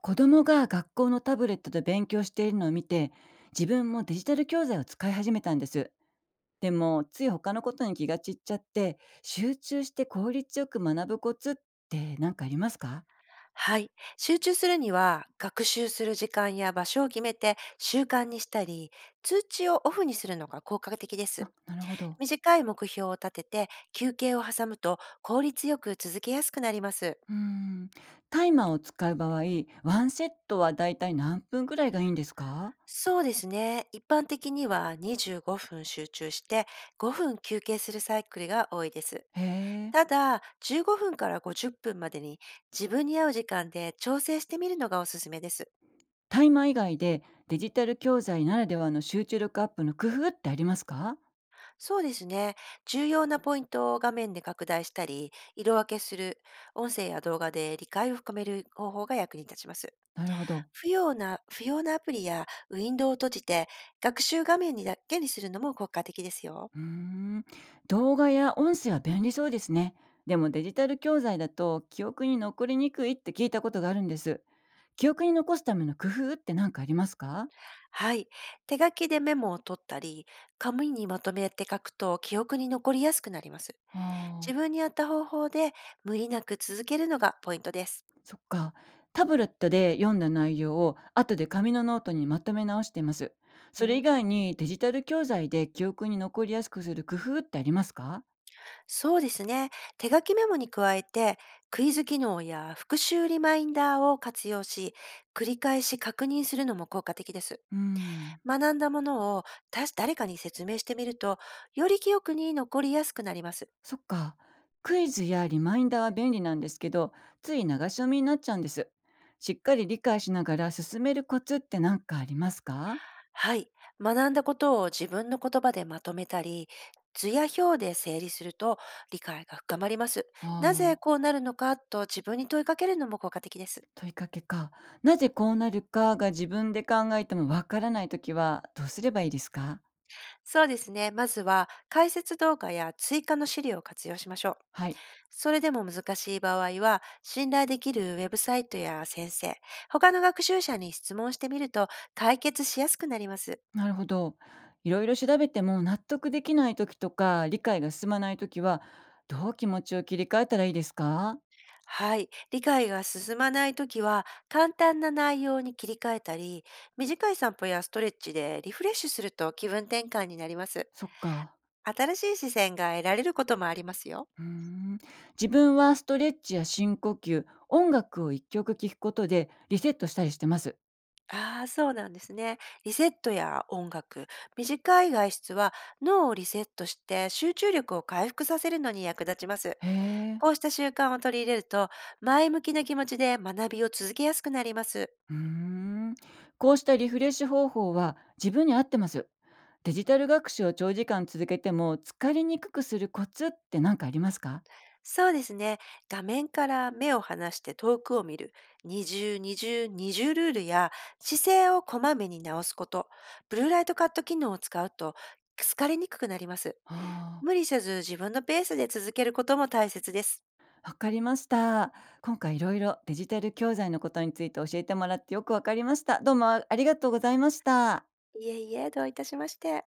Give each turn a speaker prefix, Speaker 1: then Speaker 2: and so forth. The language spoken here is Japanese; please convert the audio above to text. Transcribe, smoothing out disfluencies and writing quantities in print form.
Speaker 1: 子供が学校のタブレットで勉強しているのを見て、自分もデジタル教材を使い始めたんです。でもつい他のことに気が散っちゃって、集中して効率よく学ぶコツって何かありますか？
Speaker 2: はい。集中するには、学習する時間や場所を決めて習慣にしたり、通知をオフにするのが効果的で
Speaker 1: あ、
Speaker 2: す。
Speaker 1: なるほど。
Speaker 2: 短い目標を立てて、休憩を挟むと効率よく続けやすくなります。
Speaker 1: うーん。タイマーを使う場合、ワンセットはだいたい何分ぐらいがいいんですか？
Speaker 2: そうですね。一般的には25分集中して5分休憩するサイクルが多いです。
Speaker 1: へえ。
Speaker 2: ただ、15分から50分までに自分に合う時間で調整してみるのがおすすめです。
Speaker 1: タイマー以外でデジタル教材ならではの集中力アップの工夫ってありますか？
Speaker 2: そうですね。重要なポイントを画面で拡大したり、色分けする、音声や動画で理解を深める方法が役に立ちます。
Speaker 1: なるほど。
Speaker 2: 不要なアプリやウィンドウを閉じて、学習画面にだけにするのも効果的ですよ。
Speaker 1: うーん、動画や音声は便利そうですね。でもデジタル教材だと記憶に残りにくいって聞いたことがあるんです。記憶に残すための工夫って何かありますか？
Speaker 2: はい。手書きでメモを取ったり、紙にまとめて書くと記憶に残りやすくなります。
Speaker 1: ああ、
Speaker 2: 自分に合った方法で無理なく続けるのがポイントです。
Speaker 1: そっか。タブレットで読んだ内容を後で紙のノートにまとめ直しています。
Speaker 2: う
Speaker 1: それ以外
Speaker 2: ん、
Speaker 1: にデジタル教材で記憶に残りやすくする工夫ってありますか？
Speaker 2: そうですね。手書きメモに加えて、クイズ機能や復習リマインダーを活用し、繰り返し確認するのも効果的です。
Speaker 1: うん。
Speaker 2: 学んだものを誰かに説明してみると、より記憶に残りやすくなります。
Speaker 1: そっか。クイズやリマインダーは便利なんですけど、つい流し読みになっちゃうんです。しっかり理解しながら進めるコツって何かありますか？
Speaker 2: はい。学んだことを自分の言葉でまとめたり、図や表で整理すると理解が深まります。
Speaker 1: あ
Speaker 2: なぜ
Speaker 1: ー。
Speaker 2: こうなるのかと自分に問いかけるのも効果的です。
Speaker 1: 問いかけか。なぜこうなるかが自分で考えてもわからないときはどうすればいいですか？
Speaker 2: そうですね。まずは解説動画や追加の資料を活用しましょう。
Speaker 1: はい。
Speaker 2: それでも難しい場合は、信頼できるウェブサイトや先生、他の学習者に質問してみると解決しやすくなります。
Speaker 1: なるほど。いろいろ調べても納得できないときとか理解が進まないときは、どう気持ちを切り替えたらいいですか？
Speaker 2: はい。理解が進まないときは、簡単な内容に切り替えたり、短い散歩やストレッチでリフレッシュすると気分転換になります。
Speaker 1: そっか。
Speaker 2: 新しい視線が得られることもありますよ。
Speaker 1: うーん。自分はストレッチや深呼吸、音楽を一曲聴くことでリセットしたりしてます。
Speaker 2: ああ、そうなんですね。リセットや音楽、短い外出は脳をリセットして集中力を回復させるのに役立ちます。
Speaker 1: へえ。
Speaker 2: こうした習慣を取り入れると、前向きな気持ちで学びを続けやすくなります。
Speaker 1: うーん。こうしたリフレッシュ方法は自分に合ってます。デジタル学習を長時間続けても疲れにくくするコツって何かありますか？
Speaker 2: そうですね。画面から目を離して遠くを見る、二重ルールや、姿勢をこまめに直すこと、ブルーライトカット機能を使うと、疲れにくくなります。
Speaker 1: あ
Speaker 2: 無
Speaker 1: あ、
Speaker 2: 理せず自分のペースで続けることも大切です。
Speaker 1: わかりました。今回いろいろデジタル教材のことについて教えてもらってよくわかりました。どうもありがとうございました。
Speaker 2: いえいえ、どういたしまして。